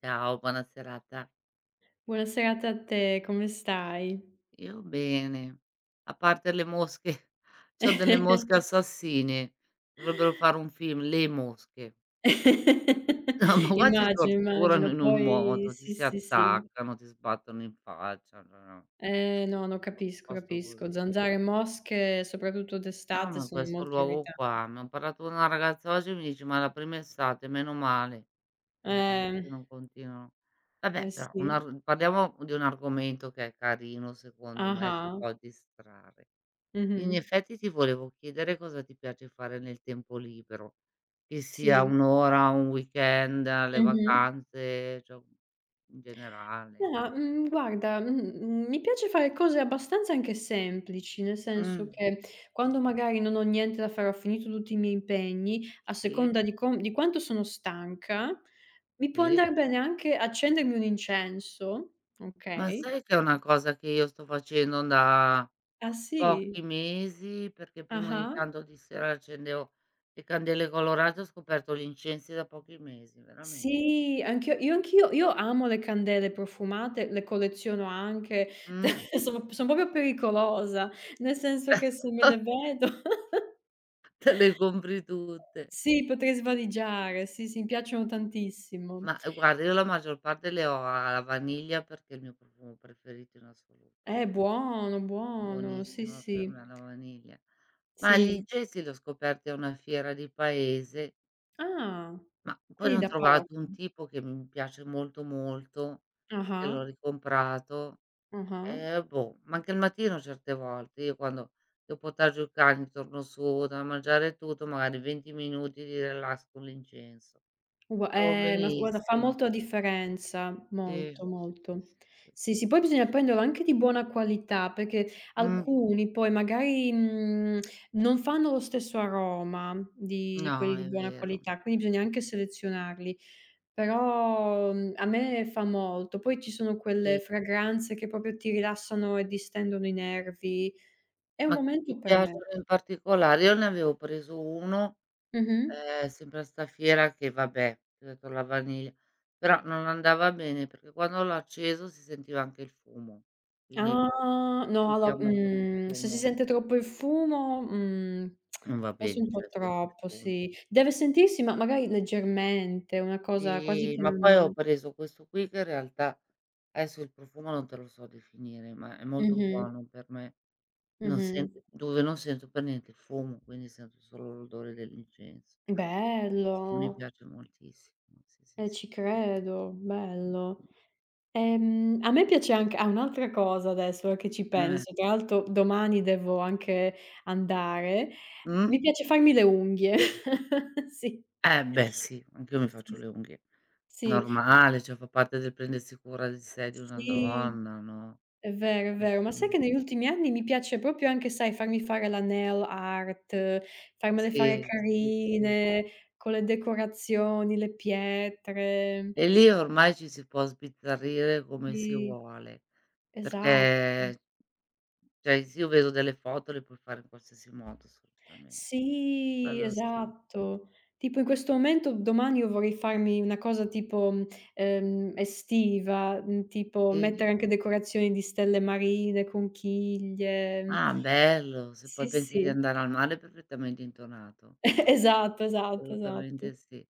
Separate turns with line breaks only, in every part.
Ciao, buona serata.
Buona serata a te, come stai?
Io bene, a parte le mosche, c'ho delle mosche assassine, dovrebbero fare un film, Le mosche. No, ma qua ti
Immagino,
torturano
immagino,
in un
poi
modo, ti
sì,
si
sì, sì.
attaccano, ti sbattono in faccia, no, no,
No, no,
a
capisco,
posto
capisco.
così.
Zanzare e mosche, soprattutto
No,
d'estate,
ma
sono
questo
molto
luogo
irritanti.
qua, mi ho parlato con una ragazza oggi e mi dice: "Ma la prima estate, meno male, eh, che
Eh,
non continuano". Vabbè,
eh
però
sì.
un ar parliamo di un argomento che è carino secondo me, ci
Ah-ah.
può distrarre. In
Mh-mh.
effetti ti volevo chiedere cosa ti piace fare nel tempo libero, che sia
Sì.
1 ora, un weekend, le
Mh-mh.
vacanze, cioè in generale.
Mhmm, guarda, mi piace fare cose abbastanza anche semplici, nel senso
Mh,
che
mh,
quando magari non ho niente da fare, ho finito tutti i miei impegni, a
sì,
seconda di quanto sono stanca, mi può
sì.
andar bene anche accendermi un incenso,
Ma
okay?
sai che è una cosa che io sto facendo da
Ah sì,
pochi mesi, perché prima ogni
ah-ah.
tanto di sera accendevo le candele colorate, ho scoperto gli incensi da pochi mesi, veramente.
Sì, anch'io io amo le candele profumate, le colleziono anche,
Mh.
sono proprio pericolosa, nel senso che se me le vedo
Te le compri tutte.
Sì, potrei svaligiare, sì, sì, mi piacciono tantissimo.
Ma, guarda, io la maggior parte le ho alla vaniglia perché è il mio profumo preferito in assoluto.
Buono, buono, sì,
Buonissima per
sì,
me la vaniglia. Ma gli
sì.
incensi li ho scoperti a una fiera di paese,
Ah,
ma poi ne
quindi
ho
da
trovato
poco.
un tipo che mi piace molto, molto, e
Ah-ah,
l'ho ricomprato.
ah-ah.
E boh, ma anche il mattino certe volte, io quando devo portar giù i cani, torno su, da mangiare e tutto, magari 20 minuti di relax con l'incenso.
Ugua
Trovo
ma s guarda, fa
benissimo.
molto la differenza,
Sì,
molto,
sì,
molto.
sì, sì, sì.
Sì, sì, poi bisogna prenderlo anche di buona qualità, perché
Mh.
alcuni poi magari, non fanno lo stesso aroma di
No,
quelli di
è
buona
vero.
qualità, quindi bisogna anche selezionarli. Però, a me fa molto. Poi ci sono quelle
Sì.
fragranze che proprio ti rilassano e distendono i nervi. È un
Ma che ti
momento per me.
piacciono in particolare? Io ne avevo preso uno,
Mh-mh.
sempre a 'sta fiera che, vabbè, ti ho detto la vaniglia, però non andava bene perché quando l'ho acceso si sentiva anche il fumo, quindi sentiva molto
Se si
profumo.
sente troppo il fumo,
Non va
forse
bene,
un
cioè
po'
senti il
troppo,
fumo.
sì. Deve sentirsi, ma magari leggermente, una cosa quasi
Sì,
che
ma poi ho
non
preso questo qui che in realtà adesso il profumo non te lo so definire, ma è molto
mh-mh,
buono per me. Non
mh-mh.
sento dove non sento per niente il fumo, quindi sento solo l'odore dell'incenso. Questo mi
Bello,
piace moltissimo, sì, sì, sì.
ci credo,
Mh-mh.
bello. A me piace anche un'altra cosa adesso che ci
Eh.
penso, tra l'altro domani devo anche andare,
Mh?
mi piace farmi le unghie. Sì.
Beh sì, anch'io mi faccio
Sì,
le unghie.
sì,
Normale, cioè fa parte del prendersi cura di sé di una
sì,
donna, no.
è
Eh
vero, ma sai
sì.
che negli ultimi anni mi piace proprio anche, sai, farmi fare la nail art, farmele fare
Sì, sì, sì.
carine, con le decorazioni, le pietre.
E lì ormai ci si può sbizzarrire come si
Sì,
vuole,
esatto.
perché cioè s io vedo delle foto, le puoi fare in qualsiasi modo assolutamente.
Sì,
Quello sì,
esatto. Tipo in
sì,
questo
sì, sì.
momento domani io vorrei farmi una cosa tipo, estiva, tipo
Sì?
mettere anche decorazioni di stelle marine, conchiglie, mhmm
Ah bello, se poi
sì,
pensi di
sì.
andare al mare perfettamente intonato.
Esatto, esatto, esatto.
Assolutamente sì.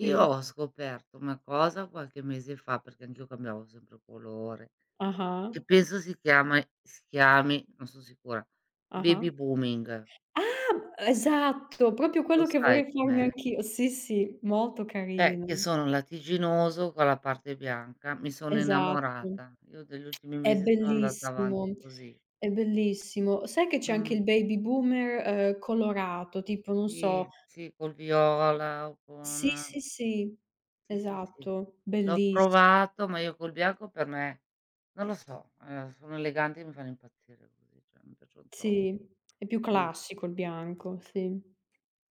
Io ho scoperto una cosa qualche mese fa, perché anch'io cambiavo sempre colore,
Ah-ah,
che penso si chiami, non son sicura,
ah-ah.
baby booming.
Ah, esatto, proprio
Lo
quello che
sai
vorrei farmi
com'è?
anch'io. Sì, sì, molto
Che
carino.
sono latiginoso con la parte bianca, mi sono
Esatto.
innamorata. Io degli ultimi
È
mesi sono andata avanti
bellissimo,
così.
è bellissimo. Sai che c'è anche
Mh,
il baby boomer, colorato, tipo non
sì,
so
sì, col viola o
sì,
con,
sì, sì,
sì, sì, sì.
esatto,
L'ho
belliss
provato, ma io col bianco per me non lo so, sono eleganti e mi fanno impazzire così, cioè mi piacciono troppo.
sì, è più
Mh,
classico il bianco, sì.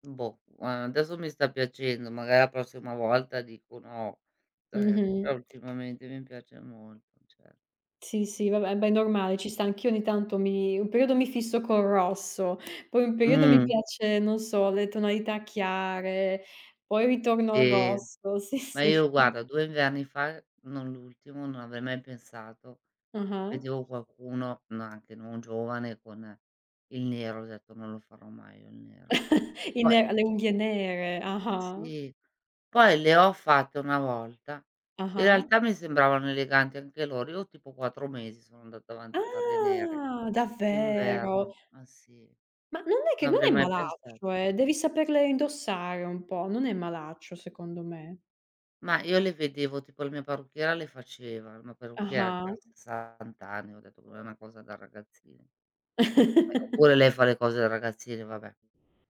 boh, guarda adesso mi sta piacendo, magari la prossima volta dico no, cioè
Mh-mh.
però ultimamente mi piace molto, cer
Sì, sì, vabbè, beh, è normale, ci sta. Anch'io ogni tanto mi un periodo mi fisso col rosso, poi un periodo mi
Mh,
piace, non so, le tonalità chiare, poi ritorno al
sì.
rosso, sì,
Ma io
sì. Mh.
guarda, 2 inverni fa, non l'ultimo, non avrei mai pensato,
Ah-ah.
vedevo qualcuno, no anche non giovane, con il nero, ho detto: "Non lo farò mai io il nero".
I
Poi
ne Le unghie nere, ah-ah,
Sì, poi le ho fatte una volta, in
ah-ah.
realtà mi sembravano eleganti anche loro, io tipo 4 mesi sono andata avanti a farle nere,
Ah, davvero?
inverno, ma sì,
Ma non è che
non
non
avrei
è
mai
malaccio,
pensato.
devi saperle indossare un po', non è malaccio secondo me.
Ma io le vedevo, tipo la mia parrucchiera le faceva, la mia parrucchiera
Ah-ah.
c'ha 60 anni, ho detto che: "Non è una cosa da ragazzini". Oppure lei fa le cose da ragazzini, vabbè.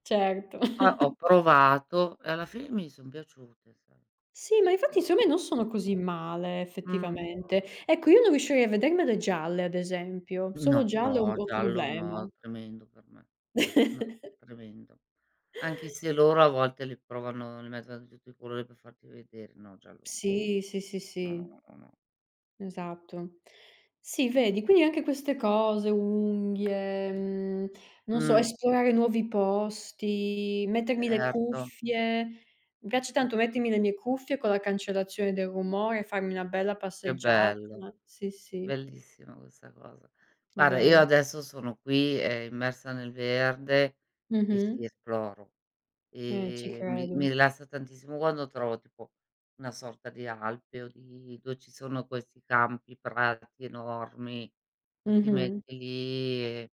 Certo.
Poi ho provato e alla fine mi son piaciute, sai.
Sì, ma infatti secondo me non sono così male
Mh,
effettivamente. Ecco, io non riuscirei a vedermele gialle ad esempio, solo
no,
gialle è un po' un
giallo
problema.
no, tremendo per me. No, tremendo. Anche se loro a volte li provano, li mettono di tutti i colori per farti vedere. No, giallo no.
Sì, sì, sì,
No, no,
sì.
no, no, no.
Esatto. Sì, vedi, quindi anche queste cose, unghie, non so,
Mh,
esplorare nuovi posti, mettermi le
certo,
cuffie. Mi piace tanto mettermi le mie cuffie con la cancellazione del rumore, farmi una bella
che
passeggiata.
bello.
Sì, sì,
Bellissima questa cosa.
è
Guarda, io
vero.
adesso sono qui, immersa nel verde, e sì,
Mh-mh.
esploro.
Ci
Mi
credo.
rilassa tantissimo quando trovo tipo una sorta di Alpe, o di dove ci sono questi campi, prati enormi che ti
Mh-mh.
metti lì e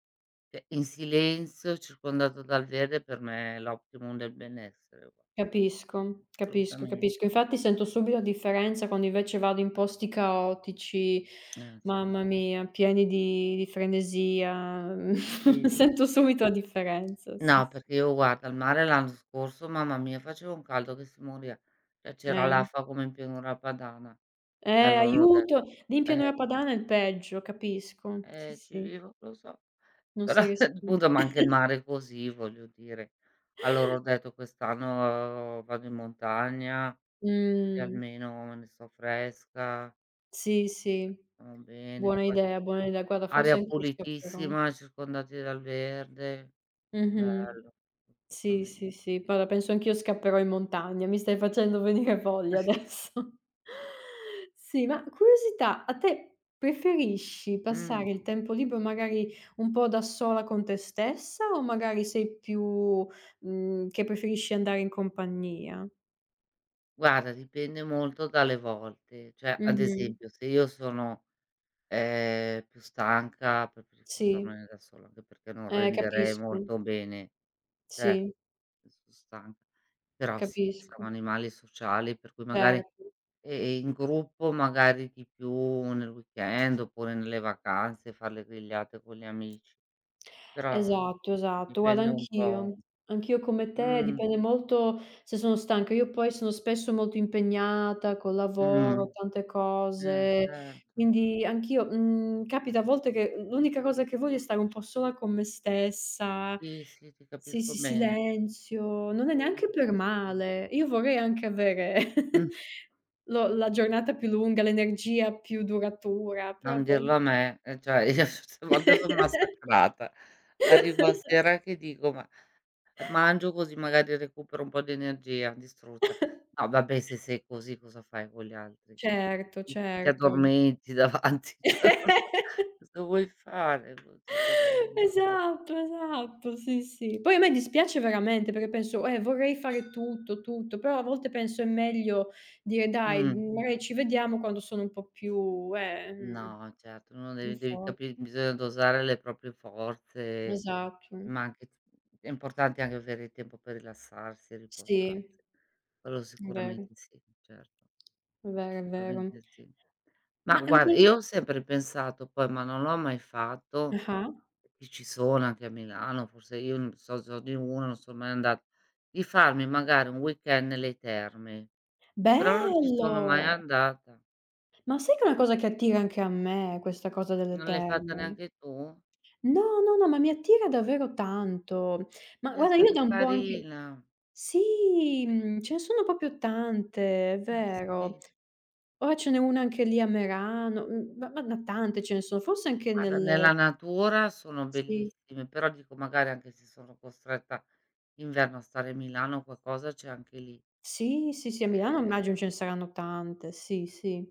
cioè, in silenzio, circondato dal verde per me è l'optimum del benessere, gua
Capisco, capisco,
assolutamente.
capisco. Infatti sento subito la differenza quando invece vado in posti caotici,
Cer
mamma mia, pieni di frenesia,
Sì,
sento
sì.
subito la differenza, sì,
No,
sì.
perché io guarda, al mare l'anno scorso, mamma mia, faceva un caldo che si moriva. Cioè, c'era
Eh,
l'afa come in pianura padana. E
eh,
allora ho
aiuto!
detto:
Limpiano la
"Eh,
padana è il peggio, capisco. Sì,
ci
sì,
vivo, lo so".
non
Però
si respira.
appunto, ma anche il mare è così, voglio dire. Allora ho detto: "Quest'anno vado in montagna e
Mh,
almeno, ne so, fresca,
sì, sì.
stiamo bene".
Buona idea, buona idea. Guarda, forse
Aria
anch'io scapperò.
pulitissima, circondati dal verde,
Mh-mh.
bello,
Sì,
assolutamente.
sì, sì, guarda penso anch'io scapperò in montagna, mi stai facendo venire voglia adesso. Sì, ma curiosità, a te preferisci
Mh,
passare il tempo libero magari un po' da sola con te stessa o magari sei più, che preferisci andare in compagnia?
guarda, dipende molto dalle volte, cioè ad
Mh-mh.
esempio se io sono, più stanca preferisco
Sì,
starmene da sola, anche perché non renderei
capisco.
molto bene, cioè
Sì,
son stanca. Però sì, siamo
capisco.
animali sociali per cui magari,
Certo.
in gruppo magari di più nel weekend oppure nelle vacanze, far le grigliate con gli amici. Però
Esatto, esatto. Guarda
dipende un po'.
anch'io. Anch'io come te,
Mh,
dipende molto se sono stanca. Io poi sono spesso molto impegnata col
mh.
lavoro, tante cose,
Certo.
quindi anch'io, capita a volte che l'unica cosa che voglio è stare un po' sola con me stessa.
Sì, sì, ti
Sì,
capisco
sì,
bene.
silenzio, non è
Sì,
neanche per
sì, sì.
male. Io vorrei anche avere
Mh,
lo la giornata più lunga, l'energia più duratura, però
non
a
dirlo a
volte
me, e cioè io certe volte son massacrata. Arrivo a sera che dico: "Ma mangio così magari recupero un po' di energia", distrutta. No vabbè, se sei così cosa fai con gli altri?
certo,
Ti
certo.
addormenti davanti, cioè cosa cosa vuoi fare con cioè, dopo
Esatto, esatto, sì, sì. Poi a me dispiace veramente perché penso: vorrei fare tutto, tutto", però a volte penso è meglio dire: "Dai,
mh.
magari ci vediamo quando sono un po' più,
No, certo, uno
in
devi devi
for"
capi bisogna dosare le proprie forze,
esatto.
ma anche t è importante anche avere il tempo per rilassarsi e
Sì,
riposarsi. Quello
è vero,
sicuramente sì, certo,
è vero, è vero.
assolutamente sì. Ma
Ma è un
guarda,
qual
io ho sempre pensato poi, ma non l'ho mai fatto,
Ah-ah.
che ci sono anche a Milano, forse io non so, so di uno, non sono mai andat di farmi magari un weekend nelle terme, però non ci sono mai
Bello!
andata.
Ma sai che è una cosa che attira anche a me questa cosa delle
Non l'hai fatta
terme?
neanche tu?
No, no, no, ma mi attira davvero tanto. Ma
Deve
guarda io
essere
da un po' anche
carina.
Sì, ce ne sono proprio tante, è
Eh
vero.
sì,
Ora ce n'è una anche lì a Merano, mhmm, ma tante ce ne sono, forse anche
guarda
nel
nella natura sono
sì,
bellissime, però dico magari anche se sono costretta d'inverno a stare a Milano o qualcosa c'è anche lì.
sì, sì, sì, a Milano immagino
Ehm,
ce ne saranno tante, sì, sì.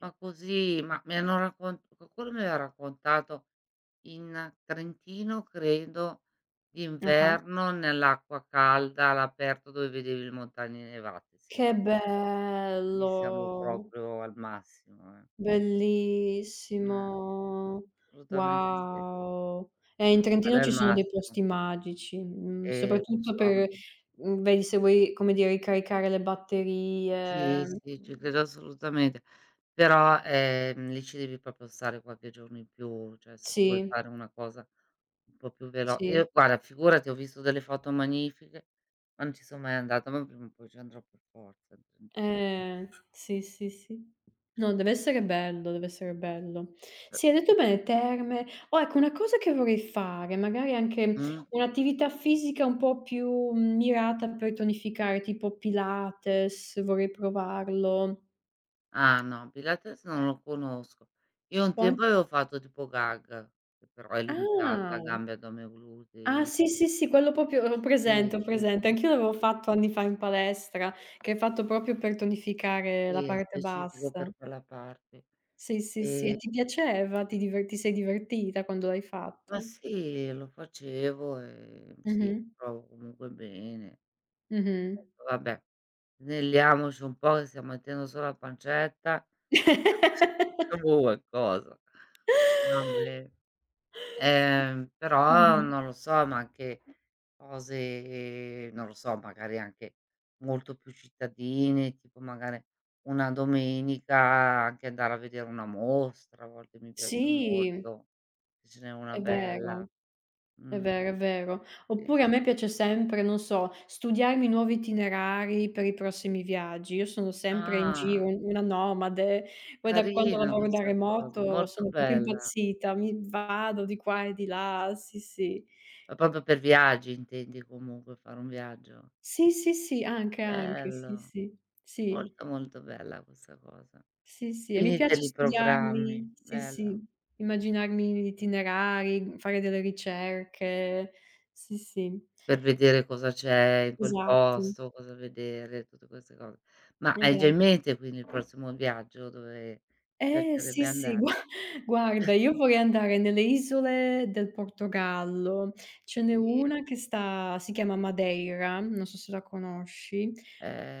ma così, ma mi hanno raccon qualcuno mi aveva raccontato in Trentino credo,
Ah-ah.
d'inverno nell'acqua calda all'aperto dove vedevi le montagne nevate. Sì
Che
vabbè, lì siamo
bello!
proprio al massimo. Eh sì,
Bellissimo.
assolutamente sì.
Wow. In
No,
Trentino
quello è il
ci sono dei
massimo.
posti magici,
Lo
soprattutto
so.
per vedi se vuoi, come dire, ricaricare le batterie.
Sì, sì, ci
Mhmm,
credo assolutamente. Però, lì ci devi proprio stare qualche giorno in più, cioè se tu vuoi
sì,
fare una cosa un po' più velo
sì.
io guarda, figurati, ho visto delle foto magnifiche, ma non ci sono mai andata, ma prima o poi ci andrò per forza in Trentino.
Sì, sì, sì. No, deve essere bello, deve essere bello.
Per
Sì, hai detto bene, terme. Oh, ecco, una cosa che vorrei fare, magari anche
Mh?
un'attività fisica un po' più mirata per tonificare, tipo Pilates, vorrei provarlo.
Ah no, Pilates non lo conosco. Io un
O an
tempo avevo fatto tipo GAG, che però è
ah,
limitata, gambe, addome,
ah,
glutei.
sì, sì, sì, quello proprio ho
Sì,
presente, ho
sì,
presente.
sì,
Anch'io l'avevo
sì,
fatto anni fa in palestra, che è fatto proprio per tonificare la
sì, è
parte
specifico
bassa.
per quella parte.
Sì, sì, sì.
E
E ti piaceva? Ti sei divertita quando l'hai
Ma
fatto?
sì, lo facevo, sì, mi
Mh-mh.
trovo comunque bene. Ho
Mh-mh.
detto: "Vabbè, snelliamoci un po' che stiamo mettendo solo la pancetta, e facciamo qualcosa". Vabbè. Però
Mh-mh.
non lo so, ma anche cose non lo so, magari anche molto più cittadine, tipo magari una domenica anche andare a vedere una mostra, a volte mi piace
Sì,
molto, se ce n'è una
è
bella.
vero, è
Mh.
vero, è vero.
Sì,
Oppure a
sì.
me piace sempre, non so, studiarmi nuovi itinerari per i prossimi viaggi. Io sono sempre in giro,
Ah,
una nomade. Poi da quando
carina
lavoro da
questa cosa,
remoto
molto
sono proprio
bella.
impazzita, mi vado di qua e di là, sì, sì.
Ma proprio per viaggi intendi comunque, fare un viaggio?
Sì, sì, sì, anche, anche, sì,
Bello,
sì. Sì,
molto, molto bella questa cosa.
sì, sì, e mi
Quindi te
piace
li programmi,
studiarmi sì,
bello.
sì, immaginarmi gli itinerari, fare delle ricerche. Sì, sì,
Per vedere cosa c'è in quel
esatto,
posto, cosa vedere, tutte queste cose. Ma
esa
hai già in mente quindi il prossimo viaggio dove ti piacerebbe
sì, sì,
andare?
guarda, io vorrei andare nelle isole del Portogallo. Ce n'è
Sì?
una che sta si chiama Madeira, non so se la conosci.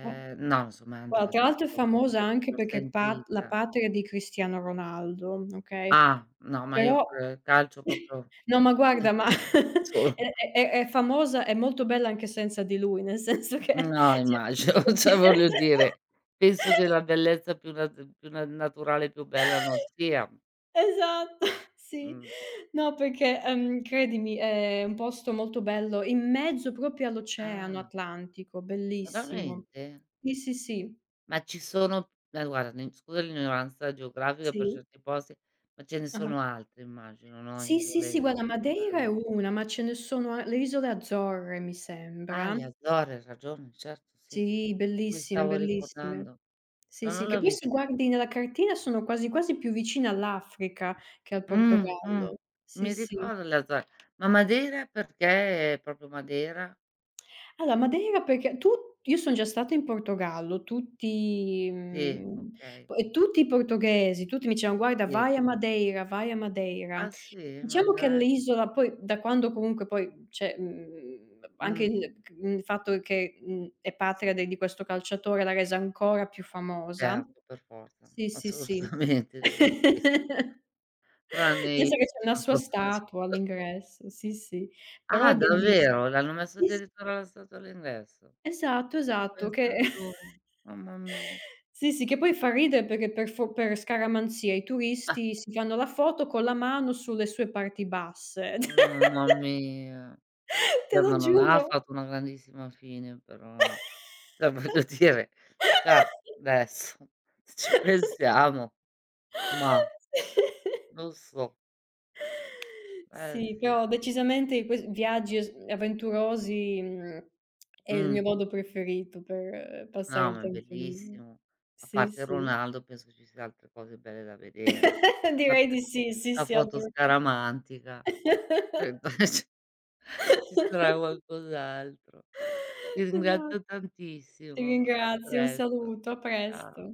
Gu
No, non son mai
guarda, tra
andata,
l'altro è
però
famosa
forse
anche
l'ho
perché è pat la
sentita.
patria di Cristiano Ronaldo, okay?
Ah, no, ma io
Però
pure calcio proprio
no, ma guarda, ma
no, solo.
è famosa, è molto bella anche senza di lui, nel senso che
No,
cioè
immagino, cioè voglio dire, penso che la bellezza più naturale, più bella non sia,
esatto, sì.
mhmm
No, perché, credimi, è un posto molto bello, in mezzo proprio all'Oceano
ah,
Atlantico, bellissimo.
veramente?
Sì, sì, sì,
Ma ci sono, ma guarda, ne scusa l'ignoranza geografica per
sì.
certi posti, ma ce ne
Ah-ah.
sono altre immagino, no,
Sì, sì,
isole
sì,
del
guarda, Madeira è
Portogallo.
una, ma ce ne sono a le isole Azzorre, mi
Ah,
sembra.
le Azzorre, hai ragione, certo, sì.
Sì,
Mi
bellissime,
stavo
bellissime.
ricordando,
Sì,
ma
sì,
non
che
l'ho
poi se
vista.
guardi nella cartina sono quasi quasi più vicine all'Africa che al
Mh, mh.
Portogallo. Sì,
Mi
sì.
ricordo la za ma Madeira, perché proprio Madeira?
Allora Madeira perché tu Io son già stata in Portogallo, tutti,
Sì,
mhmm,
okay,
po e tutti i portoghesi, tutti mi dicevano: "Guarda,
sì.
vai a Madeira, vai a Madeira."
Ah sì? Ma
Diciamo che
dai.
l'isola poi da quando comunque poi c'è, mhmm, anche
Mh,
il c mhmm, il fatto che, è patria de di questo calciatore l'ha resa ancora più famosa.
certo, per forza,
Sì, sì, sì.
assolutamente, lo capisco. Tranne i
Penso che c'è una sua statua all'ingresso, sì, sì, però
ah
è bellissi
davvero? L'hanno messo
Sì, s
addirittura la statua all'ingresso?
esatto,
Ma
esatto,
pensa
che
tu, mamma mia.
sì, sì, che poi fa ridere perché per scaramanzia i
Ah,
turisti si fanno la foto con la mano sulle sue parti basse.
mamma mia.
Te
Beh,
lo
ma non ha
giuro.
fatto una grandissima fine però, eh. Cioè voglio dire, cioè adesso se ci pensiamo, mah,
Sì.
lo so, eh
Sì,
sì.
però decisamente i ques viaggi es avventurosi, è il
Mh.
mio modo preferito per passare
No,
il
ma è
tempo libero.
bellissimo. A
Sì,
parte
sì.
Ronaldo penso ci sia altre cose belle da vedere. A
Direi
parte
di sì, sì,
la
sì,
foto
altro che.
scaramantica, cioè ci sarà qualcos'altro. Ti ringrazio
Esatto. Ti
tantissimo, a
ringrazio, un
presto.
saluto, a presto.
Ciao.